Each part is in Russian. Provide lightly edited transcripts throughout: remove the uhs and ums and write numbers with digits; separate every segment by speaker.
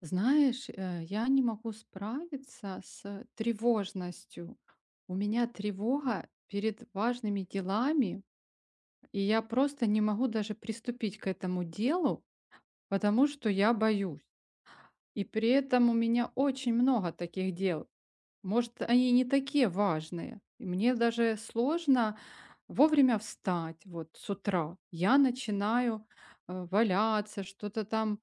Speaker 1: Знаешь, я не могу справиться с тревожностью. У меня тревога перед важными делами, и я просто не могу даже приступить к этому делу, потому что я боюсь. И при этом у меня очень много таких дел. Может, они не такие важные. И мне даже сложно вовремя встать вот с утра. Я начинаю валяться, что-то там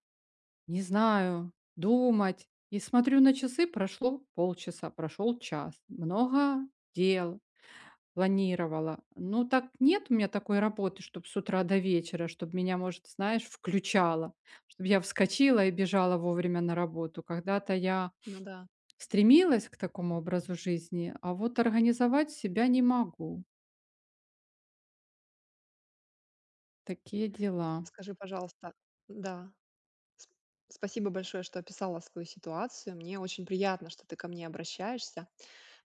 Speaker 1: не знаю, думать. И смотрю на часы, прошло полчаса, прошел час. Много дел планировала. Ну так нет у меня такой работы, чтобы с утра до вечера, чтобы меня, может, знаешь, включало, чтобы я вскочила и бежала вовремя на работу. Когда-то я
Speaker 2: Ну да.
Speaker 1: стремилась к такому образу жизни, а вот организовать себя не могу. Такие дела.
Speaker 2: Скажи, пожалуйста. Да. Сп Спасибо большое, что описала свою ситуацию. Мне очень приятно, что ты ко мне обращаешься.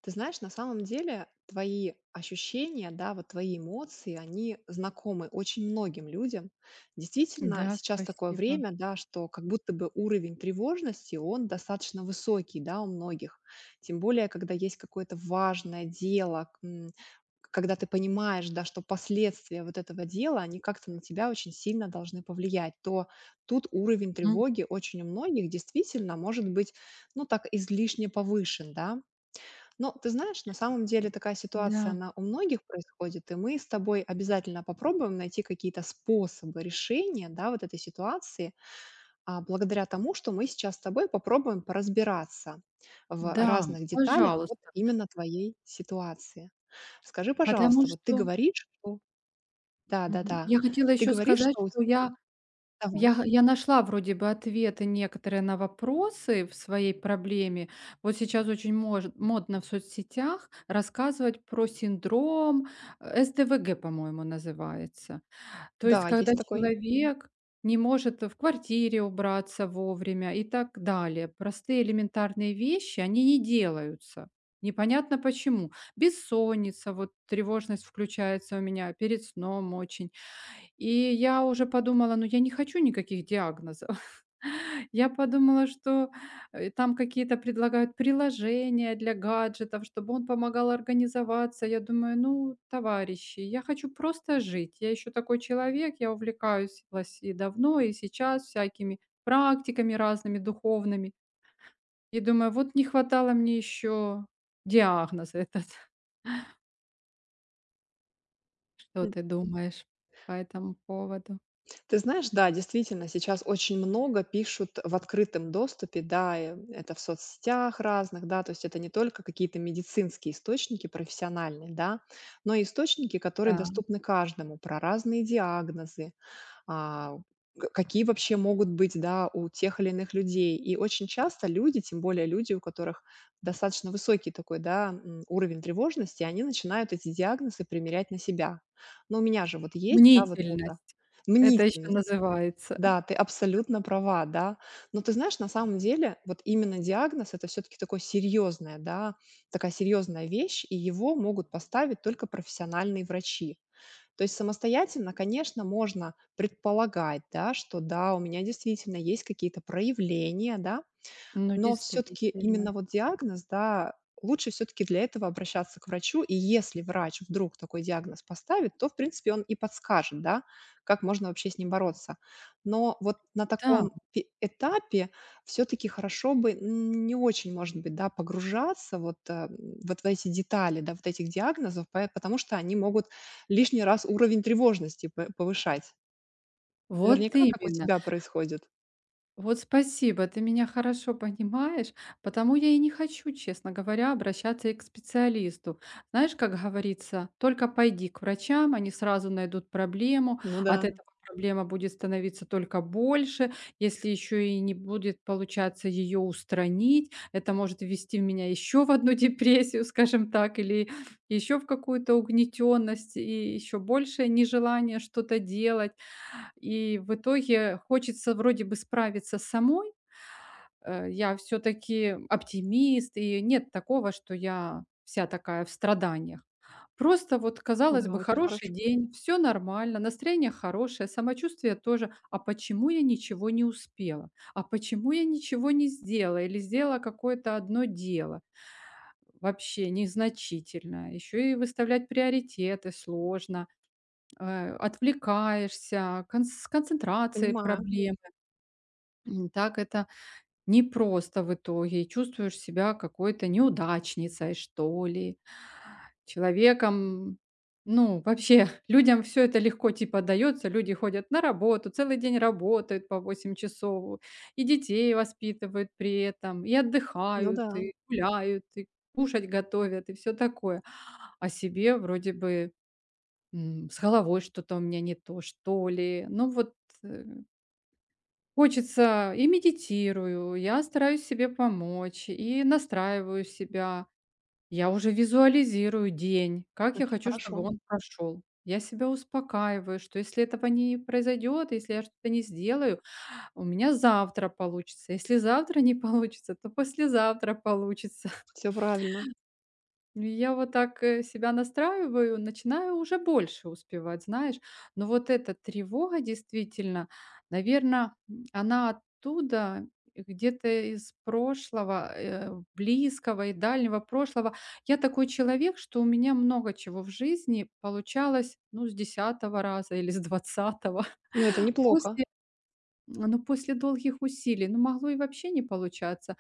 Speaker 2: Ты знаешь, на самом деле твои ощущения, да, вот твои эмоции, они знакомы очень многим людям. Действительно,
Speaker 1: Да,
Speaker 2: сейчас такое
Speaker 1: спасибо.
Speaker 2: время, да, что как будто бы уровень тревожности, он достаточно высокий, да, у многих. Тем более, когда есть какое-то важное дело, когда ты понимаешь, да, что последствия вот этого дела, они как-то на тебя очень сильно должны повлиять, то тут уровень
Speaker 1: М.
Speaker 2: тревоги очень у многих действительно может быть, ну, так излишне повышен, да. Но ты знаешь, на самом деле такая
Speaker 1: Да,
Speaker 2: ситуация, она у многих происходит, и мы с тобой обязательно попробуем найти какие-то способы решения, да, вот этой ситуации, благодаря тому, что мы сейчас с тобой попробуем поразбираться в
Speaker 1: да,
Speaker 2: разных деталях вот
Speaker 1: пожалуйста.
Speaker 2: именно твоей ситуации. Скажи,
Speaker 1: Потому
Speaker 2: пожалуйста, вот ты
Speaker 1: что.
Speaker 2: говоришь, что... Да, да,
Speaker 1: Мгм.
Speaker 2: да.
Speaker 1: Я хотела
Speaker 2: Ты
Speaker 1: еще
Speaker 2: говоришь,
Speaker 1: сказать,
Speaker 2: что у тебя...
Speaker 1: что я я
Speaker 2: Давай.
Speaker 1: х я нашла вроде бы ответы некоторые на вопросы в своей проблеме. Вот сейчас очень мож модно в соцсетях рассказывать про синдром, СДВГ, по-моему, называется. То есть
Speaker 2: Да,
Speaker 1: когда
Speaker 2: есть такой.
Speaker 1: человек не может в квартире убраться вовремя и так далее. Простые элементарные вещи, они не делаются. Непонятно почему. Бессонница, вот тревожность включается у меня перед сном очень. И я уже подумала, ну я не хочу никаких диагнозов. Я подумала, что там какие-то предлагают приложения для гаджетов, чтобы он помогал организоваться. Я думаю, ну, товарищи, я хочу просто жить. Я еще такой человек, я и давно, и сейчас всякими практиками разными, духовными. И думаю, вот не хватало мне еще диагноза этот. Что ты думаешь по этому поводу?
Speaker 2: Ты знаешь, да, действительно, сейчас очень много пишут в открытом доступе, да, это в соцсетях разных, да, то есть это не только какие-то медицинские источники профессиональные, да, но и источники, которые доступны каждому, про разные диагнозы, а, к какие вообще могут быть, да, у тех или иных людей. И очень часто люди, тем более люди, у которых достаточно высокий такой, да, уровень тревожности, они начинают эти диагнозы примерять на себя. Но у меня же вот есть, да, вот это
Speaker 1: Мнительность. Это еще
Speaker 2: мнительность.
Speaker 1: называется.
Speaker 2: Да, ты абсолютно права, да. Но ты знаешь, на самом деле, вот именно диагноз это все-таки такое серьезное, да, такая серьезная вещь, и его могут поставить только профессиональные врачи. То есть самостоятельно, конечно, можно предполагать, да, что да, у меня действительно есть какие-то проявления, да,
Speaker 1: Ну,
Speaker 2: но все таки
Speaker 1: действительно.
Speaker 2: именно вот диагноз, да, лучше все таки для этого обращаться к врачу. И если врач вдруг такой диагноз поставит, то, в принципе, он и подскажет, да, как можно вообще с ним бороться. Но вот на
Speaker 1: Да,
Speaker 2: таком пе этапе все таки хорошо бы, не очень, может быть, да, погружаться вот в эти детали, да, вот этих диагнозов, пое потому что они могут лишний раз уровень тревожности п повышать.
Speaker 1: вот
Speaker 2: Наверняка, как у
Speaker 1: именно.
Speaker 2: тебя происходит.
Speaker 1: Вот спасибо, ты меня хорошо понимаешь, потому я и не хочу, честно говоря, обращаться и к специалисту. Знаешь, как говорится, только пойди к врачам, они сразу найдут проблему,
Speaker 2: Ну да,
Speaker 1: от этого проблема будет становиться только больше, если еще и не будет получаться ее устранить, это может ввести меня еще в одну депрессию, скажем так, или еще в какую-то угнетенность и еще большее нежелание что-то делать. И в итоге хочется вроде бы справиться самой. Я все таки оптимист, и нет такого, что я вся такая в страданиях. Просто вот, казалось
Speaker 2: да,
Speaker 1: бы,
Speaker 2: очень
Speaker 1: хороший
Speaker 2: хорошо
Speaker 1: день, все нормально, настроение хорошее, самочувствие тоже. А почему я ничего не успела? А почему я ничего не сделала или сделала какое-то одно дело? Вообще незначительное. Еще и выставлять приоритеты сложно. Отвлекаешься, конс с концентрацией
Speaker 2: понимаю.
Speaker 1: проблемы. Так это непросто в итоге. И чувствуешь себя какой-то неудачницей, что ли, человеком. Ну, вообще, людям все это легко типа дается. Люди ходят на работу, целый день работают по 8 часов, и детей воспитывают при этом, и
Speaker 2: Ну
Speaker 1: отдыхают,
Speaker 2: да.
Speaker 1: и гуляют, и кушать готовят, и все такое. А себе вроде бы м, с головой что-то у меня не то, что ли. Ну вот э, хочется и медитирую, я стараюсь себе помочь, и настраиваю себя. Я уже визуализирую день, как я
Speaker 2: Очень
Speaker 1: хочу, чтобы
Speaker 2: хорошо.
Speaker 1: он прошел. Я себя успокаиваю, что если этого не произойдет, если я что-то не сделаю, у меня завтра получится. Если завтра не получится, то послезавтра получится.
Speaker 2: Все правильно.
Speaker 1: Ну, я вот так, себя настраиваю, начинаю уже больше успевать, знаешь. Но вот эта тревога действительно, наверное, она оттуда, где-то из прошлого, близкого и дальнего прошлого. Я такой человек, что у меня много чего в жизни получалось, ну, с 10-го раза или с 20-го.
Speaker 2: Ну, это неплохо.
Speaker 1: После, ну, после долгих усилий, ну, могло и вообще не получаться.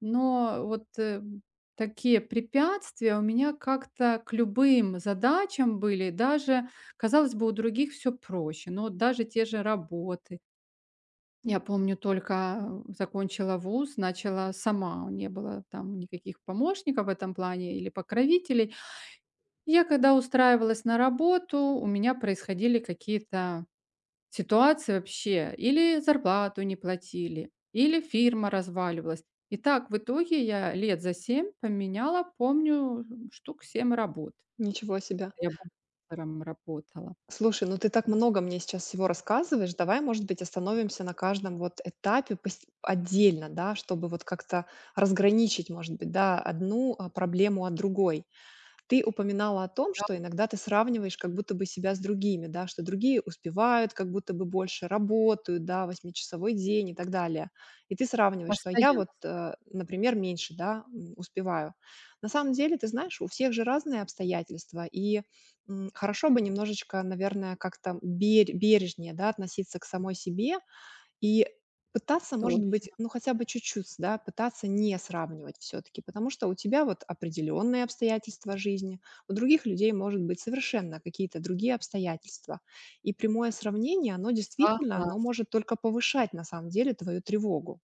Speaker 1: Но вот, такие препятствия у меня как-то к любым задачам были. Даже, казалось бы, у других все проще, но вот даже те же работы. Я помню, только закончила вуз, начала сама, не было там никаких помощников в этом плане или покровителей. Я когда устраивалась на работу, у меня происходили какие-то ситуации вообще. Или зарплату не платили, или фирма разваливалась. И так в итоге я лет за 7 поменяла, помню, штук 7 работ.
Speaker 2: Ничего себе.
Speaker 1: Я бухгалтером работала.
Speaker 2: Слушай, ну ты так много мне сейчас всего рассказываешь. Давай, может быть, остановимся на каждом вот этапе отдельно, да, чтобы вот как-то разграничить, может быть, да, одну проблему от другой. Ты упоминала о том,
Speaker 1: Да,
Speaker 2: что иногда ты сравниваешь как будто бы себя с другими, да, что другие успевают, как будто бы больше работают, да, восьмичасовой день и так далее. И ты сравниваешь, что я
Speaker 1: постоянно.
Speaker 2: вот, например, меньше, да, успеваю. На самом деле, ты знаешь, у всех же разные обстоятельства, и хорошо бы немножечко, наверное, как-то бережнее, да, относиться к самой себе, и пытаться, может
Speaker 1: Точно.
Speaker 2: быть, ну, хотя бы чуть-чуть, да, пытаться не сравнивать все-таки, потому что у тебя вот определенные обстоятельства жизни, у других людей, может быть, совершенно какие-то другие обстоятельства. И прямое сравнение, оно действительно,
Speaker 1: Согласна.
Speaker 2: оно может только повышать, на самом деле, твою тревогу.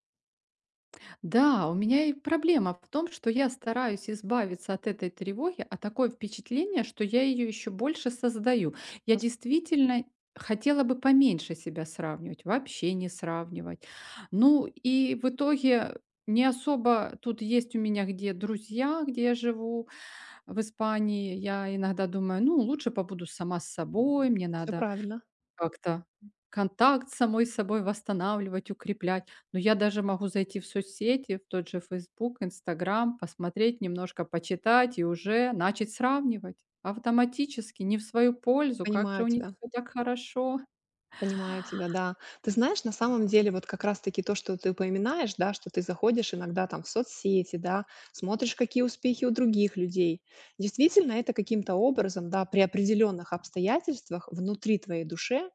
Speaker 1: Да, у меня и проблема в том, что я стараюсь избавиться от этой тревоги, а такое впечатление, что я ее еще больше создаю. Я действительно хотела бы поменьше себя сравнивать, вообще не сравнивать. Ну и в итоге не особо тут есть у меня где друзья, где я живу, в Испании. Я иногда думаю, ну лучше побуду сама с собой, мне
Speaker 2: Все
Speaker 1: надо
Speaker 2: правильно,
Speaker 1: как-то контакт с самой собой восстанавливать, укреплять. Но я даже могу зайти в соцсети, в тот же Facebook, Instagram, посмотреть, немножко почитать и уже начать сравнивать автоматически, не в свою пользу. Как же
Speaker 2: понимаю
Speaker 1: у них
Speaker 2: тебя.
Speaker 1: все так хорошо.
Speaker 2: Понимаю тебя, да. Ты знаешь, на самом деле, вот как раз-таки то, что ты упоминаешь, да, что ты заходишь иногда там в соцсети, да, смотришь, какие успехи у других людей. Действительно, это каким-то образом, да, при определенных обстоятельствах внутри твоей души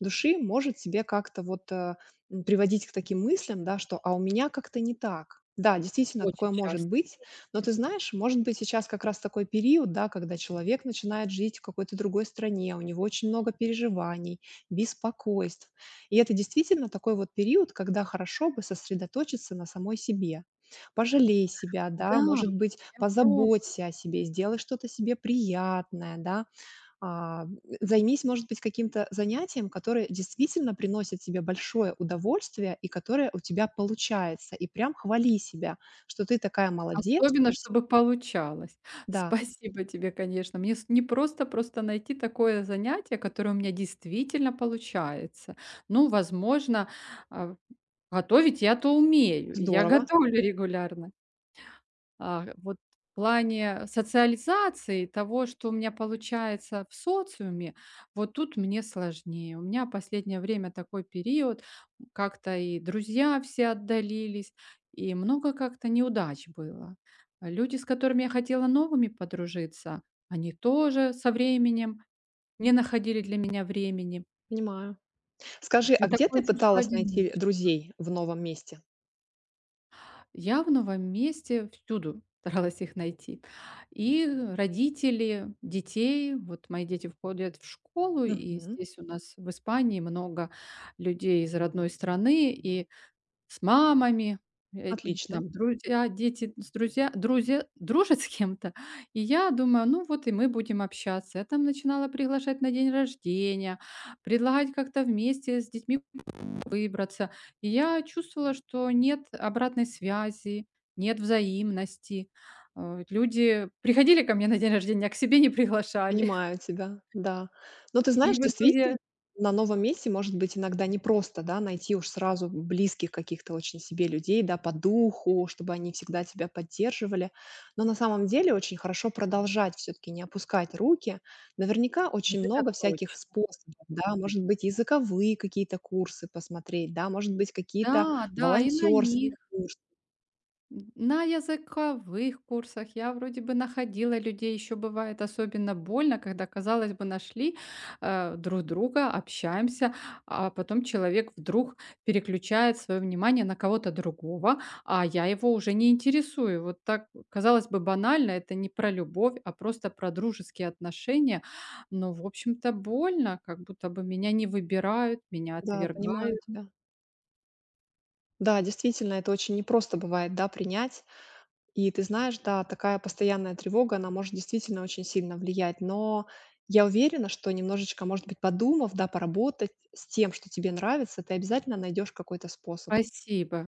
Speaker 2: души может себе как-то приводить к таким мыслям, да, что: "А у меня как-то не так". Да, действительно,
Speaker 1: Очень
Speaker 2: такое может
Speaker 1: часто.
Speaker 2: быть. Но ты знаешь, может быть, сейчас как раз такой период, да, когда человек начинает жить в какой-то другой стране, у него очень много переживаний, беспокойств. И это действительно такой вот период, когда хорошо бы сосредоточиться на самой себе. Пожалей себя,
Speaker 1: Да,
Speaker 2: да, может быть,
Speaker 1: я пробую.
Speaker 2: позаботься о себе, сделай что-то себе приятное, да. А, займись, может быть, каким-то занятием, которое действительно приносит тебе большое удовольствие и которое у тебя получается. И прям хвали себя, что ты такая молодец,
Speaker 1: Особенно,
Speaker 2: что с
Speaker 1: чтобы получалось.
Speaker 2: Да,
Speaker 1: Спасибо тебе, конечно. Мне с не просто найти такое занятие, которое у меня действительно получается. Ну, возможно, а готовить я-то умею, и я
Speaker 2: здорово,
Speaker 1: готовлю регулярно. А вот в плане социализации, того, что у меня получается в социуме, вот тут мне сложнее. У меня последнее время такой период, как-то и друзья все отдалились, и много как-то неудач было. А люди, с которыми я хотела новыми подружиться, они тоже со временем не находили для меня времени.
Speaker 2: понимаю. Скажи,
Speaker 1: И
Speaker 2: а где ты
Speaker 1: такое чувство
Speaker 2: пыталась найти
Speaker 1: одиночества.
Speaker 2: друзей в новом месте?
Speaker 1: Я в новом месте всюду старалась их найти. И родители детей, вот мои дети входят в школу, и
Speaker 2: Мгм.
Speaker 1: здесь у нас в Испании много людей из родной страны, и с мамами, э,
Speaker 2: Отлично.
Speaker 1: там друзья, дети с друзья друзья дружат с кем-то. И я думаю, ну вот и мы будем общаться. Я там начинала приглашать на день рождения, предлагать как-то вместе с детьми выбраться. И я чувствовала, что нет обратной связи, нет взаимности. Вот люди приходили ко мне на день рождения, а к себе не приглашали.
Speaker 2: Понимаю тебя, да. Но ты
Speaker 1: И
Speaker 2: знаешь,
Speaker 1: в
Speaker 2: действительно,
Speaker 1: итоге
Speaker 2: на новом месте может быть иногда непросто, да, найти уж сразу близких каких-то очень себе людей, да, по духу, чтобы они всегда тебя поддерживали. Но на самом деле очень хорошо продолжать все-таки не опускать руки. Наверняка
Speaker 1: вот
Speaker 2: очень
Speaker 1: это
Speaker 2: много всяких
Speaker 1: точно.
Speaker 2: способов, да, может быть, языковые какие-то курсы посмотреть, да, может быть, какие-то
Speaker 1: Да, да, и на них.
Speaker 2: волонтерские курсы.
Speaker 1: На языковых курсах я вроде бы находила людей, еще бывает особенно больно, когда, казалось бы, нашли друг друга, общаемся, а потом человек вдруг переключает свое внимание на кого-то другого, а я его уже не интересую. Вот так, казалось бы, банально, это не про любовь, а просто про дружеские отношения. Но, в общем-то, больно, как будто бы меня не выбирают, меня
Speaker 2: Да, понимаю
Speaker 1: отвергают.
Speaker 2: тебя. Да, действительно, это очень непросто бывает, да, принять. И ты знаешь, да, такая постоянная тревога, она может действительно очень сильно влиять, но я уверена, что немножечко, может быть, подумав, да, поработать с тем, что тебе нравится, ты обязательно найдешь какой-то способ.
Speaker 1: Спасибо.